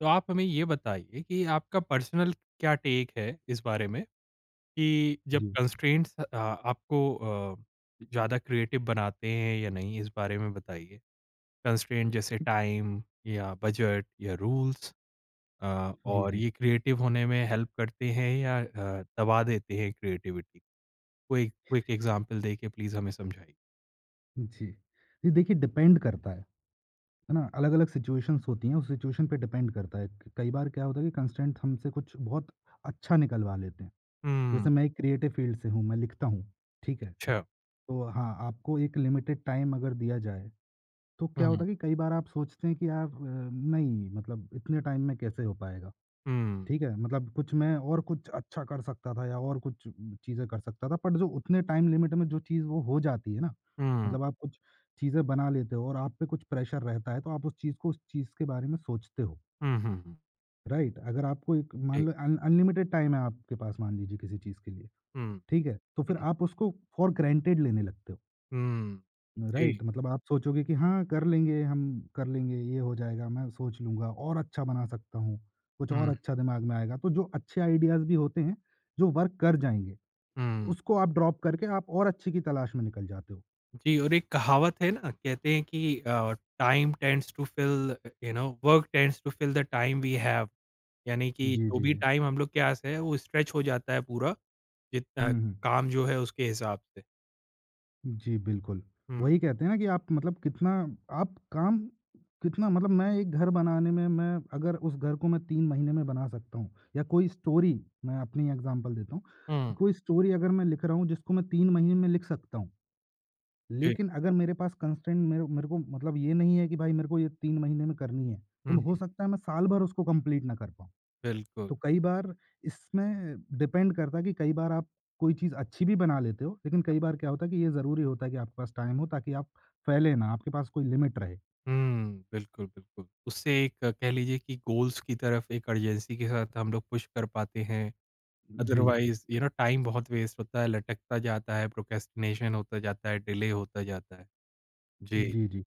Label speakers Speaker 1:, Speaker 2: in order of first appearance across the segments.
Speaker 1: तो आप हमें ये बताइए कि आपका पर्सनल क्या टेक है इस बारे में कि जब
Speaker 2: जी,
Speaker 1: कंस्ट्रेंट्स आपको ज़्यादा क्रिएटिव बनाते हैं या नहीं, इस बारे में बताइए। कंस्ट्रेंट जैसे टाइम या बजट या रूल्स,
Speaker 2: जी,
Speaker 1: और
Speaker 2: जी,
Speaker 1: ये क्रिएटिव होने में हेल्प करते हैं या दबा देते हैं क्रिएटिविटी? कोई क्विक एग्ज़ाम्पल देके प्लीज़ हमें समझाइए।
Speaker 2: जी। जी, देखिए डिपेंड करता है ना? अलग-अलग सिचुएशंस होती हैं, उस सिचुएशन पे डिपेंड करता है। क कई बार क्या होता है कि कंस्ट्रेंट हमसे कुछ बहुत अच्छा निकलवा लेते हैं।
Speaker 1: हुँ,
Speaker 2: जैसे मैं एक क्रिएटिव फील्ड से हूँ, मैं लिखता हूँ, ठीक है?
Speaker 1: अच्छा।
Speaker 2: तो हाँ, आपको एक लिमिटेड टाइम अगर दिया जाए, तो
Speaker 1: हुँ,
Speaker 2: क्या होता
Speaker 1: हुँ,
Speaker 2: है कि कई बार आप सोचते हैं कि यार नहीं मतलब इतने टाइम में कैसे हो पाएगा?
Speaker 1: हुँ,
Speaker 2: ठीक है? मतलब कुछ मैं और कुछ अच्छा कर सकता था या और कुछ चीज़ें कर सकता था, बट जो उतने टाइम लिमिट में जो चीज़ वो हो जाती है ना,
Speaker 1: हुँ,
Speaker 2: मतलब आप कुछ चीज़ें बना लेते हो और आप पे कुछ प्रेशर रहता है, तो आप उस चीज़ को उस चीज़ के बारे में सोचते हो,
Speaker 1: हुँ, हुँ।
Speaker 2: राइट? अगर आपको एक मान
Speaker 1: जी।
Speaker 2: लो अन अनलिमिटेड टाइम है आपके पास मान लीजिए किसी चीज़ के लिए,
Speaker 1: हुँ,
Speaker 2: ठीक है? तो फिर
Speaker 1: हुँ,
Speaker 2: आप उसको फॉर ग्रांटेड लेने लगते हो।
Speaker 1: हुँ,
Speaker 2: राइट
Speaker 1: जी।
Speaker 2: मतलब आप सोचोगे कि हाँ, कर लेंगे, हम कर लेंगे, ये हो जाएगा, मैं सोच लूँगा और अच्छा बना सकता हूँ, कुछ और
Speaker 1: हुँ,
Speaker 2: अच्छा दिमाग में आएगा। तो जो अच्छे आइडियाज़ भी होते हैं, जो वर्क कर जाएँगे,
Speaker 1: हुँ।
Speaker 2: उसको आप ड्रॉप करके आप और अच्छे की तलाश में निकल जाते हो।
Speaker 1: जी, और एक कहावत है ना, कहते हैं कि time tends to fill you know work tends to fill the time we have, यानी कि
Speaker 2: जी,
Speaker 1: जो
Speaker 2: जी,
Speaker 1: भी
Speaker 2: जी।
Speaker 1: टाइम हम लोग के पास है वो स्ट्रेच हो जाता है पूरा, जितना
Speaker 2: हुँ, हुँ।
Speaker 1: काम जो है उसके हिसाब से।
Speaker 2: जी, बिल्कुल।
Speaker 1: हम्म।
Speaker 2: वही कहते हैं ना कि आप मतलब कितना आप काम कितना मतलब मैं एक घर बनाने में मैं अगर उस घर को मैं 3 महीने में बना सकता हूँ या कोई स्टोरी मैं अपनी एग्ज़ाम्पल देता हूँ, कि
Speaker 1: हम्म।
Speaker 2: कोई स्टोरी अगर मैं लिख रहा हूँ जिसको मैं 3 महीने में लिख सकता हूँ।
Speaker 1: जी।
Speaker 2: लेकिन अगर मेरे पास कंस्ट्रेंट मेरे मेरे को मतलब ये नहीं है कि भाई मेरे को ये 3 महीने में करनी है, तो
Speaker 1: हम्म,
Speaker 2: हो सकता है मैं साल भर उसको कंप्लीट ना कर पाऊँ।
Speaker 1: बिल्कुल।
Speaker 2: तो कई बार इसमें डिपेंड करता है कि कई बार आप कोई चीज़ अच्छी भी बना लेते हो, लेकिन कई बार क्या होता है कि ये ज़रूरी होता है कि आपके पास टाइम हो ताकि आप फैलें ना, आपके पास कोई लिमिट रहे।
Speaker 1: हम्म, बिल्कुल बिल्कुल। उससे एक कह लीजिए कि गोल्स की तरफ एक अर्जेंसी के साथ हम लोग पुश कर पाते हैं।
Speaker 2: जी।
Speaker 1: अदरवाइज टाइम बहुत वेस्ट होता है, लटकता जाता है, प्रोक्रेस्टिनेशन होता जाता है, डिले होता जाता है। जी।
Speaker 2: जी, जी।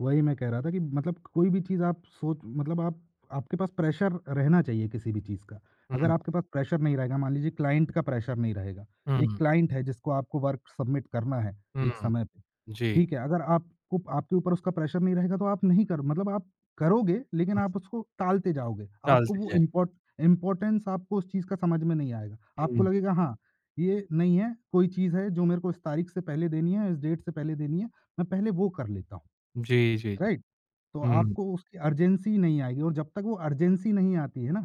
Speaker 2: वही मैं कह रहा था कि मतलब कोई भी चीज़ आप सोच मतलब आप आपके पास प्रेशर रहना चाहिए किसी भी चीज़ का। अगर
Speaker 1: हम्म।
Speaker 2: आपके पास प्रेशर नहीं रहेगा, मान लीजिए क्लाइंट का प्रेशर नहीं रहेगा। एक
Speaker 1: हम्म।
Speaker 2: क्लाइंट है जिसको आपको वर्क सबमिट करना है एक
Speaker 1: हुँ,
Speaker 2: समय पे।
Speaker 1: जी,
Speaker 2: ठीक है, अगर आपको आपके ऊपर उसका प्रेशर नहीं रहेगा तो आप नहीं कर मतलब आप करोगे लेकिन आप उसको टालते जाओगे। आपको
Speaker 1: टालती
Speaker 2: वो
Speaker 1: है।
Speaker 2: इम्पोर्टेंस आपको उस चीज़ का समझ में नहीं आएगा। आपको
Speaker 1: हुँ,
Speaker 2: लगेगा हाँ, ये नहीं है, कोई चीज़ है जो मेरे को इस तारीख से पहले देनी है, इस डेट से पहले देनी है, मैं पहले वो कर लेता हूँ,
Speaker 1: जी, जी, जी।
Speaker 2: राइट? तो
Speaker 1: हुँ,
Speaker 2: आपको उसकी अर्जेंसी नहीं आएगी और जब तक वो अर्जेंसी नहीं आती है ना,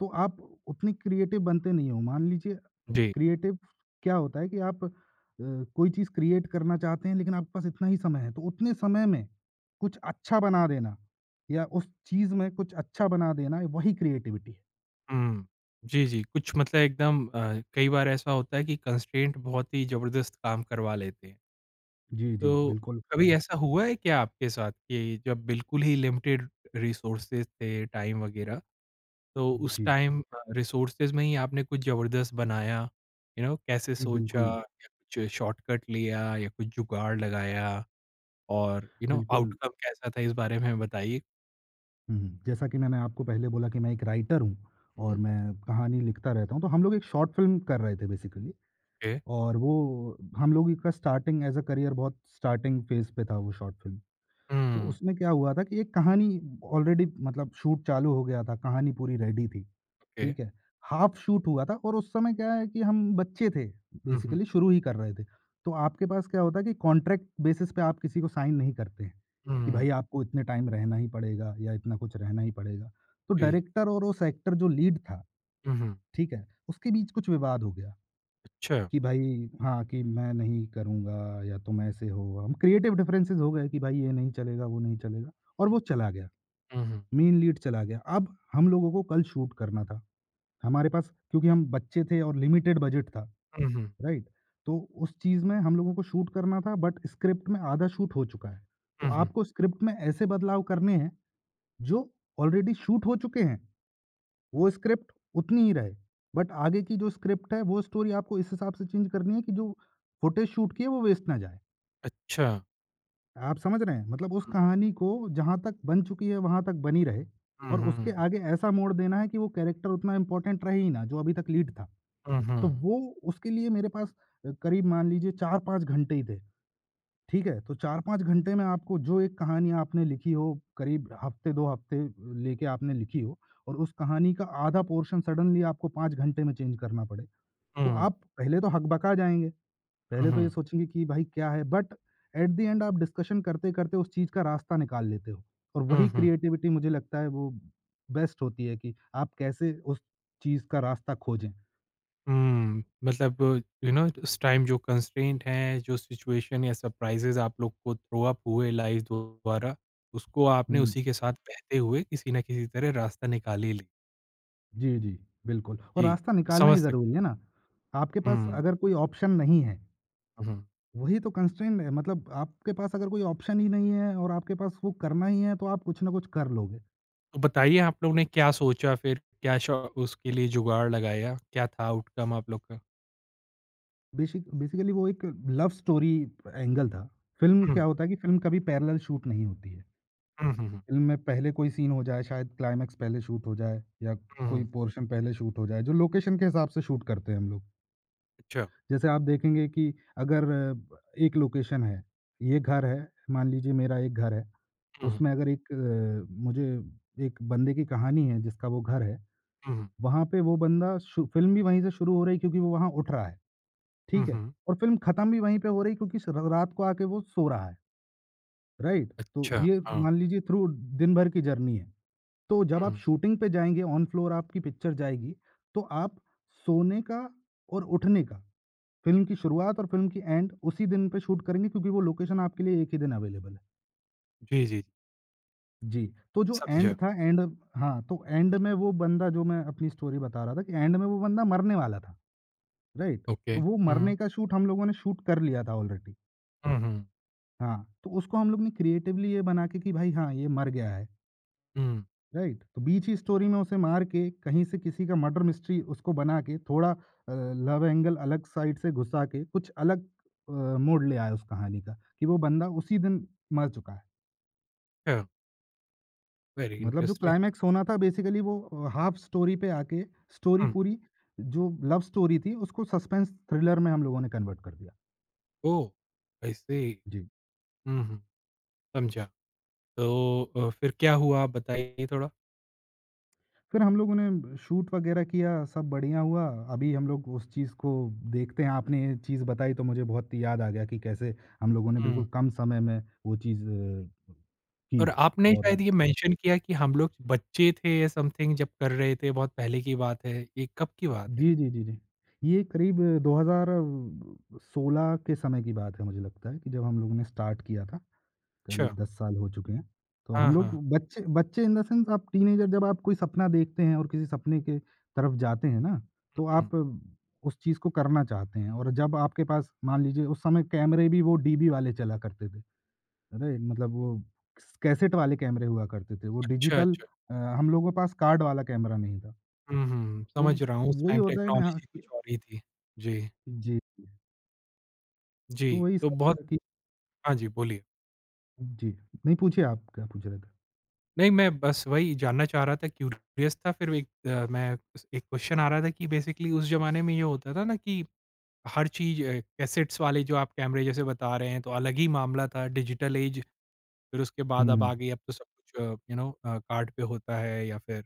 Speaker 2: तो आप उतने क्रिएटिव बनते नहीं हो। मान लीजिए
Speaker 1: जी।
Speaker 2: क्रिएटिव क्या होता है कि आप कोई चीज़ क्रिएट करना चाहते हैं लेकिन आपके पास इतना ही समय है, तो उतने समय में कुछ अच्छा बना देना या उस चीज़ में कुछ अच्छा बना देना वही क्रिएटिविटी है।
Speaker 1: हुँ। जी, जी, कुछ मतलब एकदम कई बार ऐसा होता है कि कंस्ट्रेंट बहुत ही ज़बरदस्त काम करवा लेते हैं।
Speaker 2: जी, जी,
Speaker 1: तो
Speaker 2: बिल्कुल।
Speaker 1: कभी ऐसा हुआ है क्या आपके साथ कि जब बिल्कुल ही लिमिटेड रिसोर्सेज़ थे, टाइम वग़ैरह, तो उस
Speaker 2: जी,
Speaker 1: टाइम रिसोर्सेज़ में ही आपने कुछ ज़बरदस्त बनाया? कैसे
Speaker 2: जी,
Speaker 1: सोचा,
Speaker 2: बिल्कुल,
Speaker 1: या कुछ शॉर्टकट लिया, या कुछ जुगाड़ लगाया, और
Speaker 2: बिल्कुल।
Speaker 1: आउटकम कैसा था, इस बारे में बताइए?
Speaker 2: हुँ, हुँ। जैसा कि मैंने आपको पहले बोला कि मैं एक राइटर हूँ और
Speaker 1: हुँ।
Speaker 2: मैं कहानी लिखता रहता हूँ, तो हम लोग एक शॉर्ट फ़िल्म कर रहे थे बेसिकली
Speaker 1: ओके।
Speaker 2: और वो हम लोग का स्टार्टिंग एज़ अ करियर बहुत स्टार्टिंग फ़ेज़ पे था वो शॉर्ट फ़िल्म। तो
Speaker 1: हुँ,
Speaker 2: उसमें क्या हुआ था कि एक कहानी ऑलरेडी मतलब शूट चालू हो गया था, कहानी पूरी रेडी थी,
Speaker 1: ओके।
Speaker 2: ठीक है? हाफ शूट हुआ था और उस समय क्या है कि हम बच्चे थे,
Speaker 1: हुँ, हुँ।
Speaker 2: बेसिकली शुरू ही कर रहे थे। तो आपके पास क्या होता है कि कॉन्ट्रैक्ट बेसिस पे आप किसी को साइन नहीं करते हैं, कि भाई
Speaker 1: हुँ।
Speaker 2: आपको इतने टाइम रहना ही पड़ेगा या इतना कुछ रहना ही पड़ेगा। तो
Speaker 1: जी, जी।
Speaker 2: डायरेक्टर और उस एक्टर जो लीड था,
Speaker 1: हुँ, हुँ।
Speaker 2: ठीक है? उसके बीच कुछ विवाद हो गया।
Speaker 1: अच्छा।
Speaker 2: कि भाई हाँ, कि मैं नहीं करूँगा या तुम ऐसे हो, हम क्रिएटिव डिफरेंसेस हो गए कि भाई ये नहीं चलेगा, वो नहीं चलेगा और वो चला गया,
Speaker 1: हुँ, हुँ।
Speaker 2: मेन लीड चला गया। अब हम लोगों को कल शूट करना था। हमारे पास क्योंकि हम बच्चे थे और लिमिटेड बजट था,
Speaker 1: हुँ, हुँ।
Speaker 2: राइट? तो उस चीज़ में हम लोगों को शूट करना था बट स्क्रिप्ट में आधा शूट हो चुका है। तो
Speaker 1: हुँ, हुँ।
Speaker 2: आपको स्क्रिप्ट में ऐसे बदलाव करने हैं जो ऑलरेडी शूट हो चुके हैं। वो स्क्रिप्ट उतनी ही रहे, बट आगे की जो स्क्रिप्ट है, वो स्टोरी आपको इस हिसाब से चेंज करनी है कि जो फुटेज शूट की है, वो वेस्ट ना जाए।
Speaker 1: अच्छा।
Speaker 2: आप समझ रहे हैं? मतलब उस कहानी को जहाँ तक बन चुकी है, वहाँ तक बनी रहे
Speaker 1: हुँ,
Speaker 2: और
Speaker 1: हुँ,
Speaker 2: उसके
Speaker 1: हुँ।
Speaker 2: आगे ऐसा मोड़ देना है कि वो कैरेक्टर उतना इम्पोर्टेंट रहे ही ना, जो अभी तक लीड था।
Speaker 1: हुँ,
Speaker 2: तो
Speaker 1: हुँ।
Speaker 2: वो उसके लिए मेरे पास करीब मान लीजिए 4-5 घंटे ही थे। ठीक है? तो 4-5 घंटे में आपको जो एक कहानी आपने लिखी हो, करीब हफ्ते 2 हफ्ते लेके आपने लिखी हो और उस कहानी का आधा पोर्शन सडनली आपको 5 घंटे में चेंज करना पड़े, तो
Speaker 1: हुँ,
Speaker 2: आप पहले तो हकबका जाएँगे। पहले तो
Speaker 1: हुँ,
Speaker 2: ये सोचेंगे कि भाई क्या है? बट एट द एंड आप डिस्कशन करते-करते उस चीज़ का रास्ता निकाल लेते हो और
Speaker 1: हुँ,
Speaker 2: वही
Speaker 1: हुँ।
Speaker 2: क्रिएटिविटी मुझे लगता है वो बेस्ट होती है कि आप कैसे उस चीज़ का रास्ता खोजें।
Speaker 1: हुँ, मतलब उस टाइम जो कंस्ट्रेंट हैं, जो सिचुएशन या सरप्राइज़ेज़ आप लोग को थ्रो अप हुए लाइफ़ द्वारा, उसको आपने
Speaker 2: हुँ।
Speaker 1: उसी के साथ बहते हुए किसी न किसी तरह रास्ता निकाल ही ली।
Speaker 2: जी, जी, बिल्कुल और
Speaker 1: जी,
Speaker 2: रास्ता
Speaker 1: मैं
Speaker 2: निकालना
Speaker 1: समझ
Speaker 2: ही ज़रूरी
Speaker 1: सकता
Speaker 2: है
Speaker 1: हूँ।
Speaker 2: ना? आपके पास
Speaker 1: हुँ,
Speaker 2: अगर कोई ऑप्शन नहीं है
Speaker 1: हुँ।
Speaker 2: वही तो कंस्ट्रेंट है मतलब आपके पास अगर कोई ऑप्शन ही नहीं है और आपके पास वो करना ही है तो आप कुछ ना कुछ कर लोगे।
Speaker 1: तो बताइए आप लोग ने क्या सोचा फिर? क्या श उसके लिए जुगाड़ लगाया? क्या था आउटकम आप लोग का?
Speaker 2: बेसिकली वो एक लव स्टोरी एंगल था। फ़िल्म
Speaker 1: हुँ,
Speaker 2: क्या होता है कि फ़िल्म कभी पैरेलल शूट नहीं होती है।
Speaker 1: हुँ, हुँ, हुँ,
Speaker 2: फ़िल्म में पहले कोई सीन हो जाए, शायद क्लाइमैक्स पहले शूट हो जाए या
Speaker 1: हुँ,
Speaker 2: कोई
Speaker 1: हुँ,
Speaker 2: पोर्शन पहले शूट हो जाए, जो लोकेशन के हिसाब से शूट करते हैं हम लोग।
Speaker 1: अच्छा।
Speaker 2: जैसे आप देखेंगे कि अगर एक लोकेशन है, ये घर है, मान लीजिए मेरा एक घर है,
Speaker 1: हुँ, हुँ,
Speaker 2: उसमें अगर एक मुझे एक बंदे की कहानी है जिसका वो घर है।
Speaker 1: हुँ, हुँ,
Speaker 2: वहाँ पे वो बंदा शु फ़िल्म भी वहीं से शुरू हो रही है क्योंकि वो वहाँ उठ रहा है,
Speaker 1: हुँ,
Speaker 2: ठीक है?
Speaker 1: हुँ,
Speaker 2: और फ़िल्म खत्म भी वहीं पे हो रही है क्योंकि स र रात को आके वो सो रहा है, राइट? तो
Speaker 1: अच्छा,
Speaker 2: ये
Speaker 1: हाँ।
Speaker 2: मान लीजिए थ्रू दिन भर की जर्नी है। तो जब आप
Speaker 1: हुँ,
Speaker 2: शूटिंग पे जाएँगे, ऑन फ्लोर आपकी पिक्चर जाएगी, तो आप सोने का और उठने का, फ़िल्म की शुरुआत और फ़िल्म की एंड उसी दिन पे शूट करेंगे क्योंकि वो लोकेशन आपके लिए एक ही दिन अवेलेबल है।
Speaker 1: जी, जी, जी,
Speaker 2: जी, तो जो एंड
Speaker 1: समझा।
Speaker 2: था एंड हाँ, तो एंड में वो बंदा जो मैं अपनी स्टोरी बता रहा था कि एंड में वो बंदा मरने वाला था। राइट?
Speaker 1: ओके।
Speaker 2: तो वो
Speaker 1: हुँ,
Speaker 2: मरने का शूट हम लोगों ने शूट कर लिया था ऑलरेडी।
Speaker 1: हुँ, हुँ,
Speaker 2: हाँ, तो उसको हम लोग ने क्रिएटिवली ये बना के कि भाई हाँ, ये मर गया है,
Speaker 1: हुँ,
Speaker 2: राइट? तो बीच ही स्टोरी में उसे मार के कहीं से किसी का मर्डर मिस्ट्री उसको बना के थोड़ा लव एंगल अलग साइड से घुसा के कुछ अलग मोड़ ले आया उस कहानी का कि वो बंदा उसी दिन मर चुका है।
Speaker 1: अच्छा, वेरी
Speaker 2: मतलब जो
Speaker 1: इंटरेस्टिंग।
Speaker 2: क्लाइमैक्स होना था बेसिकली वो हाफ स्टोरी पे आके स्टोरी
Speaker 1: हुँ।
Speaker 2: पूरी जो लव स्टोरी थी उसको सस्पेंस थ्रिलर में हम लोगों ने कन्वर्ट कर दिया।
Speaker 1: ओह! आई सी।
Speaker 2: जी।
Speaker 1: हुँ, हुँ, समझा। तो फिर क्या हुआ, आप बताइए थोड़ा?
Speaker 2: फिर हम लोगों ने शूट वगैरह किया, सब बढ़िया हुआ। अभी हम लोग उस चीज़ को देखते हैं, आपने ये चीज़ बताई तो मुझे बहुत याद आ गया कि कैसे हम लोगों ने बिल्कुल
Speaker 1: हुँ,
Speaker 2: कम समय में वो चीज़ की
Speaker 1: और आपने
Speaker 2: और
Speaker 1: शायद ये मेंशन किया कि हम लोग बच्चे थे या समथिंग जब कर रहे थे, बहुत पहले की बात है, ये कब की बात है?
Speaker 2: जी, जी, जी, जी। ये करीब 2016 के समय की बात है मुझे लगता है कि जब हम लोगों ने स्टार्ट किया था। करीब
Speaker 1: अच्छा,
Speaker 2: 10 साल हो चुके हैं। तो
Speaker 1: हाँ,
Speaker 2: हम लोग
Speaker 1: हाँ।
Speaker 2: बच्चे बच्चे इन द सेंस आप टीनेजर जब आप कोई सपना देखते हैं और किसी सपने के तरफ जाते हैं ना, तो
Speaker 1: हुँ, हुँ।
Speaker 2: आप उस चीज़ को करना चाहते हैं और जब आपके पास मान लीजिए उस समय कैमरे भी वो डीबी वाले चला करते थे। अरे! मतलब वो कैसेट वाले कैमरे हुआ करते थे। वो
Speaker 1: अच्छा,
Speaker 2: डिजिटल
Speaker 1: अच्छा।
Speaker 2: हम लोगों के पास कार्ड वाला कैमरा नहीं था।
Speaker 1: हुँ, हुँ।
Speaker 2: तो
Speaker 1: समझ रहा हूँ, उस
Speaker 2: वही
Speaker 1: टाइम
Speaker 2: होता है ना हाँ,
Speaker 1: टेक्नोलॉज़ी
Speaker 2: कि
Speaker 1: कुछ और ही थी। जी,
Speaker 2: जी,
Speaker 1: जी।
Speaker 2: तो वही
Speaker 1: तो
Speaker 2: सब
Speaker 1: बहुत
Speaker 2: था कि
Speaker 1: हाँ जी, बोलिए।
Speaker 2: जी, नहीं पूछिए आप क्या पूछ रहे थे?
Speaker 1: नहीं, मैं बस वही जानना चाह रहा था, क्यूरियस था। फिर मैं, एक क्वेश्चन आ रहा था कि बेसिकली उस ज़माने में ये होता था ना कि हर चीज़ कैसेट्स वाले, जो आप कैमरे जैसे बता रहे हैं, तो अलग ही मामला था। डिजिटल एज फिर उसके
Speaker 2: हुँ,
Speaker 1: बाद अब
Speaker 2: हुँ।
Speaker 1: आ गई, अब तो सब कुछ कार्ड पे होता है या फिर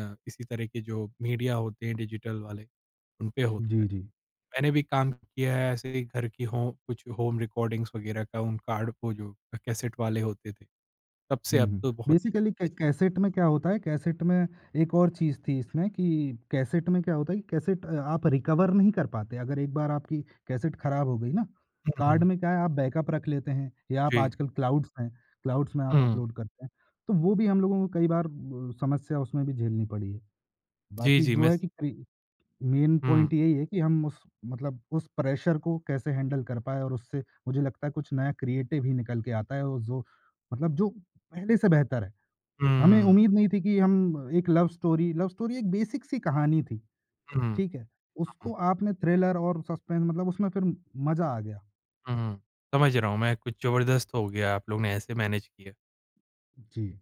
Speaker 1: इसी तरह के जो मीडिया होते हैं डिजिटल वाले, उन पे होता
Speaker 2: जी,
Speaker 1: है।
Speaker 2: जी।
Speaker 1: मैंने भी काम किया है ऐसे ही घर की हो कुछ होम रिकॉर्डिंग्स वगैरह का, उन कार्ड, वो जो कैसेट वाले होते थे, तब से
Speaker 2: हुँ,
Speaker 1: अब
Speaker 2: हुँ।
Speaker 1: तो बहुत ही
Speaker 2: बेसिकली कै
Speaker 1: ज़्यादा चेंज
Speaker 2: कैसेट में क्या होता है, कैसेट में एक और चीज़ थी इसमें कि कैसेट में क्या होता है कि कैसेट आप रिकवर नहीं कर पाते। अगर एक बार आपकी कैसेट खराब हो गई ना,
Speaker 1: हुआ।
Speaker 2: कार्ड
Speaker 1: हुँ,
Speaker 2: में क्या है आप बैकअप रख लेते हैं या आप
Speaker 1: जी।
Speaker 2: आजकल क्लाउड्स हैं, क्लाउड्स में आप
Speaker 1: हुँ,
Speaker 2: अपलोड करते हैं। तो वो भी हम लोगों को कई बार समस्या उसमें भी झेलनी पड़ी है।
Speaker 1: जी,
Speaker 2: बाकी
Speaker 1: जी,
Speaker 2: जो
Speaker 1: मैं
Speaker 2: है
Speaker 1: स
Speaker 2: कि क्रि मेन
Speaker 1: हुँ,
Speaker 2: पॉइंट यही है कि हम उस मतलब उस प्रेशर को कैसे हैंडल कर पाएँ और उससे मुझे लगता है कुछ नया क्रिएटिव ही निकल के आता है और जो पहले से बेहतर है।
Speaker 1: हुँ,
Speaker 2: हमें उम्मीद नहीं थी कि हम एक लव स्टोरी एक बेसिक सी कहानी थी,
Speaker 1: हुँ,
Speaker 2: ठीक है?
Speaker 1: हुँ,
Speaker 2: उसको आपने थ्रिलर और सस्पेंस मतलब उसमें फिर मज़ा आ गया।
Speaker 1: हुँ। समझ रहा हूँ मैं, कुछ ज़बरदस्त हो गया, आप लोग ने ऐसे मैनेज किया।
Speaker 2: जी,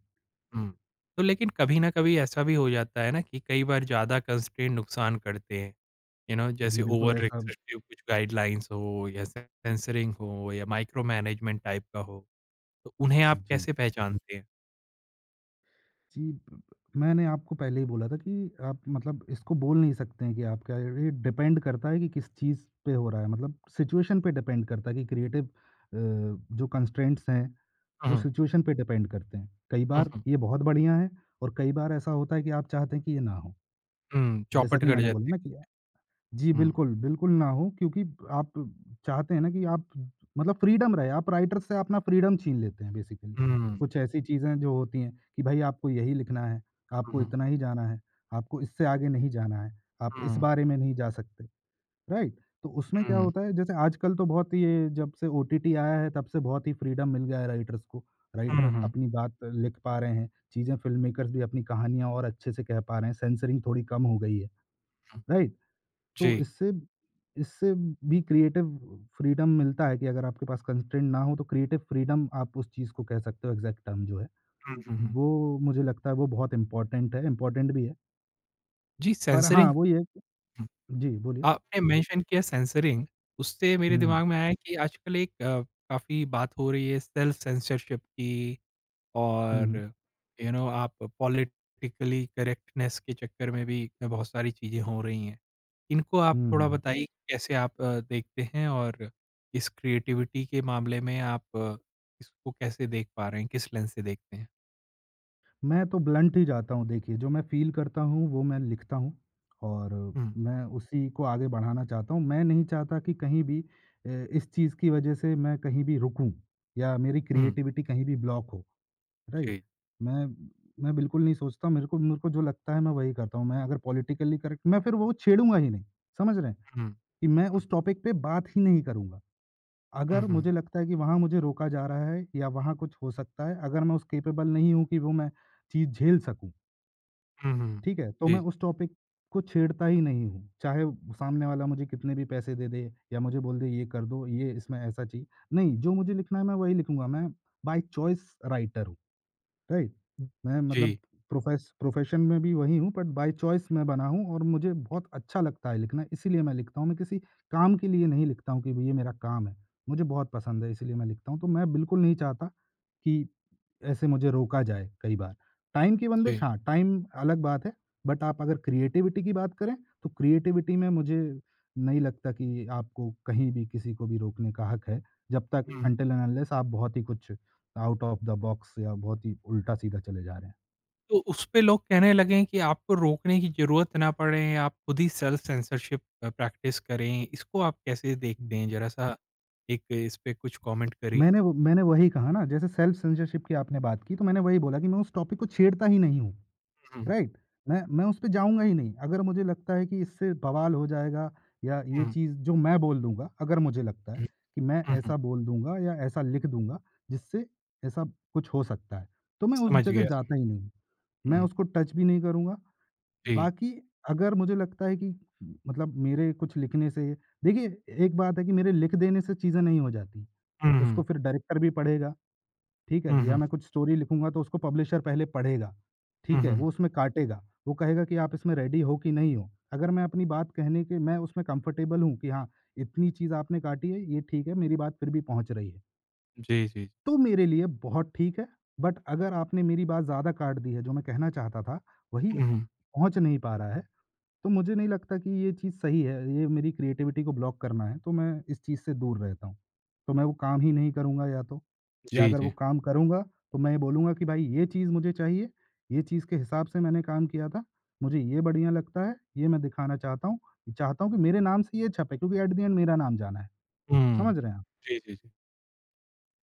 Speaker 1: हुँ, तो लेकिन कभी न कभी ऐसा भी हो जाता है ना कि कई बार ज़्यादा कंस्ट्रेंट नुकसान करते हैं, जैसे
Speaker 2: जी, बिल्कुल
Speaker 1: ओवर
Speaker 2: ऐसा
Speaker 1: रिस्ट्रिक्टिव कुछ गाइडलाइंस हो, या सेंसरिंग हो, या माइक्रो मैनेजमेंट टाइप का हो। तो उन्हें आप
Speaker 2: जी,
Speaker 1: कैसे पहचानते हैं?
Speaker 2: जी ब मैंने आपको पहले ही बोला था कि आप मतलब इसको बोल नहीं सकते हैं कि आप क्या, ये डिपेंड करता है कि किस चीज़ पे हो रहा है, मतलब सिचुएशन पे डिपेंड करता है कि क्रिएटिव जो कंस्ट्रेंट्स हैं, वो
Speaker 1: हुँ,
Speaker 2: सिचुएशन पे डिपेंड करते हैं। कई
Speaker 1: हुँ,
Speaker 2: बार
Speaker 1: हुँ,
Speaker 2: ये बहुत बढ़िया है और कई बार ऐसा होता है कि आप चाहते हैं कि ये ना हो।
Speaker 1: हुँ,
Speaker 2: जैसा
Speaker 1: चौपट
Speaker 2: कि
Speaker 1: कर
Speaker 2: मैंने बोला
Speaker 1: जाते हैं।
Speaker 2: ना कि जी,
Speaker 1: हुँ,
Speaker 2: बिल्कुल, बिल्कुल ना हो क्योंकि आप चाहते हैं ना कि आप मतलब फ्रीडम रहे, आप राइटर से अपना फ्रीडम छीन लेते हैं बेसिकली।
Speaker 1: हुँ, हुँ,
Speaker 2: कुछ ऐसी चीज़ें जो होती हैं कि भई आपको यही लिखना है, आपको
Speaker 1: हुँ,
Speaker 2: इतना ही जाना है, आपको इससे आगे नहीं जाना है, आप इस
Speaker 1: हुँ,
Speaker 2: बारे में नहीं जा सकते, राइट? तो उसमें क्या
Speaker 1: हुँ,
Speaker 2: होता है जैसे आजकल तो बहुत ये जब से ओटीटी आया है तब से बहुत ही फ्रीडम मिल गया है राइटर्स को। राइटर
Speaker 1: हुँ,
Speaker 2: अपनी बात लिख पा रहे हैं, चीज़ें फ़िल्म मेकर्स भी अपनी कहानियाँ और अच्छे से कह पा रहे हैं, सेंसरिंग थोड़ी कम हो गई है,
Speaker 1: हुँ,
Speaker 2: राइट? तो
Speaker 1: जी।
Speaker 2: इससे इससे भी क्रिएटिव फ्रीडम मिलता है कि अगर आपके पास कंस्ट्रेंट ना हो तो क्रिएटिव फ्रीडम आप उस चीज़ को कह सकते हो, एग्ज़ैक्ट टर्म जो है।
Speaker 1: हुँ, हुँ, हुँ।
Speaker 2: वो मुझे लगता है वो बहुत इम्पोर्टेंट है, इम्पोर्टेंट भी है।
Speaker 1: जी,
Speaker 2: पर हाँ,
Speaker 1: सेंसरिंग
Speaker 2: वो ये है कि
Speaker 1: हुँ,
Speaker 2: जी, बोलिए।
Speaker 1: आपने मेंशन किया सेंसरिंग, उससे मेरे
Speaker 2: हुँ,
Speaker 1: दिमाग में आया कि आजकल काफ़ी बात हो रही है सेल्फ सेंसरशिप की,
Speaker 2: हुँ,
Speaker 1: और
Speaker 2: हुँ।
Speaker 1: आप पॉलिटिकली करेक्टनेस के चक्कर में भी बहुत सारी चीज़ें हो रही हैं। इनको
Speaker 2: हुँ,
Speaker 1: आप
Speaker 2: हुँ,
Speaker 1: थोड़ा
Speaker 2: हुँ।
Speaker 1: बताइए कि कैसे आप देखते हैं, और इस क्रिएटिविटी के मामले में आप इसको कैसे देख पा रहे हैं, किस लेंस से देखते हैं?
Speaker 2: मैं तो ब्लंट ही जाता हूँ देखिए, जो मैं फ़ील करता हूँ वो मैं लिखता हूँ और
Speaker 1: हुँ,
Speaker 2: मैं उसी को आगे बढ़ाना चाहता हूँ। मैं नहीं चाहता कि कहीं भी इस चीज़ की वज़ह से मैं कहीं भी रुकूँ या मेरी
Speaker 1: हुँ।
Speaker 2: क्रिएटिविटी कहीं भी ब्लॉक हो। राइट।
Speaker 1: जी।
Speaker 2: मैं मैं बिल्कुल नहीं सोचता, मेरे को जो लगता है मैं वही करता हूँ। मैं अगर पॉलिटिकली करेक्ट मैं फिर वो छेड़ूँगा ही नहीं, समझ रहे हैं?
Speaker 1: हुँ,
Speaker 2: कि मैं उस
Speaker 1: हुँ,
Speaker 2: टॉपिक पे बात ही नहीं करूँगा।
Speaker 1: हुँ,
Speaker 2: अगर
Speaker 1: हुँ,
Speaker 2: मुझे
Speaker 1: हुँ,
Speaker 2: लगता है कि वहाँ मुझे रोका जा रहा है या वहाँ कुछ हो सकता है, अगर मैं उस कैपेबल नहीं हूँ कि वो मैं चीज़ झेल सकूँ,
Speaker 1: हुँ, हुँ।
Speaker 2: ठीक है? तो मैं
Speaker 1: जी,
Speaker 2: उस टॉपिक को छेड़ता ही नहीं हूँ। चाहे सामने वाला मुझे कितने भी पैसे दे दे या मुझे बोल दे ये कर दो, ये इसमें ऐसा चाहिए। नहीं, जो मुझे लिखना है मैं वही लिखूँगा। मैं बाय चॉइस राइटर हूँ। राइट। मैं मतलब
Speaker 1: जी,
Speaker 2: प्रोफेस प्रोफ़ेशन में भी वही हूँ बट बाय चॉइस मैं बना हूँ और मुझे बहुत अच्छा लगता है लिखना, इसीलिए मैं लिखता हूँ। मैं किसी काम के लिए नहीं लिखता हूँ कि ये मेरा काम है। मुझे बहुत पसंद है इसलिए मैं लिखता हूँ। तो मैं बिल्कुल नहीं चाहता कि ऐसे मुझे रोका जाए कई बार। टाइम की बंदिश
Speaker 1: जी।
Speaker 2: हाँ, टाइम अलग बात है, बट आप अगर क्रिएटिविटी की बात करें, तो क्रिएटिविटी में मुझे नहीं लगता कि आपको कहीं भी किसी को भी रोकने का हक है, जब तक
Speaker 1: हुँ।
Speaker 2: अनटिल एंड अनलेस आप बहुत ही कुछ आउट ऑफ द बॉक्स या बहुत ही उल्टा-सीधा चले जा रहे हैं।
Speaker 1: तो उसपे लोग कहने लगे कि आपको रोकने की ज़रूरत ना पड़े, आप खुद ही सेल्फ सेंसरशिप प्रैक्टिस करें, इसको आप कैसे
Speaker 2: हुँ।
Speaker 1: देखते हैं? ज़रा-सा एक इस पे कुछ कमेंट करिए।
Speaker 2: मैंने वही कहा ना, जैसे सेल्फ सेंसरशिप की आपने बात की, तो मैंने वही बोला कि मैं उस टॉपिक को छेड़ता ही नहीं हूँ।
Speaker 1: हुँ,
Speaker 2: राइट? मैं उसपे जाऊँगा ही नहीं। अगर मुझे लगता है कि इससे बवाल हो जाएगा या ये
Speaker 1: हुँ,
Speaker 2: चीज़ जो मैं बोल दूँगा, अगर मुझे लगता है
Speaker 1: हुँ,
Speaker 2: कि मैं
Speaker 1: हुँ, हुँ,
Speaker 2: ऐसा बोल दूँगा या ऐसा लिख दूँगा जिससे ऐसा कुछ हो सकता है, तो मैं उस
Speaker 1: समझ
Speaker 2: जगह
Speaker 1: गया।
Speaker 2: जाता ही नहीं हूँ। मैं
Speaker 1: हुँ,
Speaker 2: उसको टच भी नहीं करूँगा।
Speaker 1: जी।
Speaker 2: बाकी अगर मुझे लगता है कि मतलब मेरे कुछ लिखने से देखिए, एक बात है कि मेरे लिख देने से चीज़ें नहीं हो जाती।
Speaker 1: हुँ,
Speaker 2: उसको
Speaker 1: हुँ,
Speaker 2: फिर डायरेक्टर भी पढ़ेगा। ठीक
Speaker 1: हुँ,
Speaker 2: है? या
Speaker 1: हुँ,
Speaker 2: मैं कुछ स्टोरी लिखूँगा तो उसको पब्लिशर पहले पढ़ेगा,
Speaker 1: हुँ,
Speaker 2: ठीक है?
Speaker 1: हुँ,
Speaker 2: वो उसमें काटेगा, वो कहेगा कि आप इसमें रेडी हो कि नहीं हो। अगर मैं अपनी बात कहने के मैं उसमें कंफर्टेबल हूँ कि हाँ, इतनी चीज़ आपने काटी है, ये ठीक है, मेरी बात फिर भी पहुँच रही है,
Speaker 1: जी, जी।
Speaker 2: तो मेरे लिए बहुत ठीक है। बट अगर आपने मेरी बात ज़्यादा काट दी है, जो मैं कहना चाहता था, वही
Speaker 1: हुँ, हुँ,
Speaker 2: पहुँच नहीं पा रहा है तो मुझे नहीं लगता कि ये चीज़ सही है, ये मेरी क्रिएटिविटी को ब्लॉक करना है, तो मैं इस चीज़ से दूर रहता हूँ। तो मैं वो काम ही नहीं करूँगा या तो, या
Speaker 1: जी,
Speaker 2: अगर वो
Speaker 1: जी।
Speaker 2: काम करूँगा, तो मैं ये बोलूँगा कि भाई ये चीज़ मुझे चाहिए, ये चीज़ के हिसाब से मैंने काम किया था, मुझे ये बढ़िया लगता है, ये मैं दिखाना चाहता हूँ। चाहता हूँ कि मेरे नाम से ये छपे क्योंकि एट द एंड मेरा नाम जाना है।
Speaker 1: हुँ,
Speaker 2: समझ रहे हैं आप?
Speaker 1: जी, जी, जी।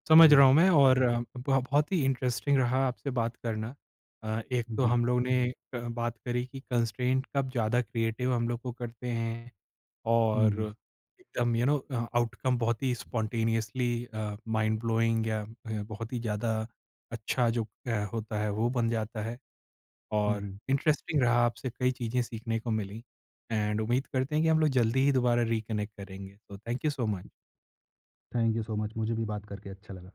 Speaker 1: समझ
Speaker 2: जी,
Speaker 1: रहा हूँ मैं, और ब बहुत ही इंटरेस्टिंग रहा आपसे बात करना। एक तो
Speaker 2: जी।
Speaker 1: हम लोग ने बात करी कि कंस्ट्रेंट कब ज़्यादा क्रिएटिव हम लोग को करते हैं,
Speaker 2: हुँ,
Speaker 1: और
Speaker 2: हुँ।
Speaker 1: एकदम आउटकम बहुत ही स्पॉन्टेनियसली माइंड ब्लोइंग, या बहुत ही ज़्यादा अच्छा, जो होता है वो बन जाता है।
Speaker 2: हुँ,
Speaker 1: और
Speaker 2: हुँ।
Speaker 1: इंटरेस्टिंग रहा आपसे, कई चीज़ें सीखने को मिली। एंड उम्मीद करते हैं कि हम लोग जल्दी ही दोबारा रिकनेक्ट करेंगे। तो thank you so much.
Speaker 2: Thank you so much, मुझे भी बात करके अच्छा लगा।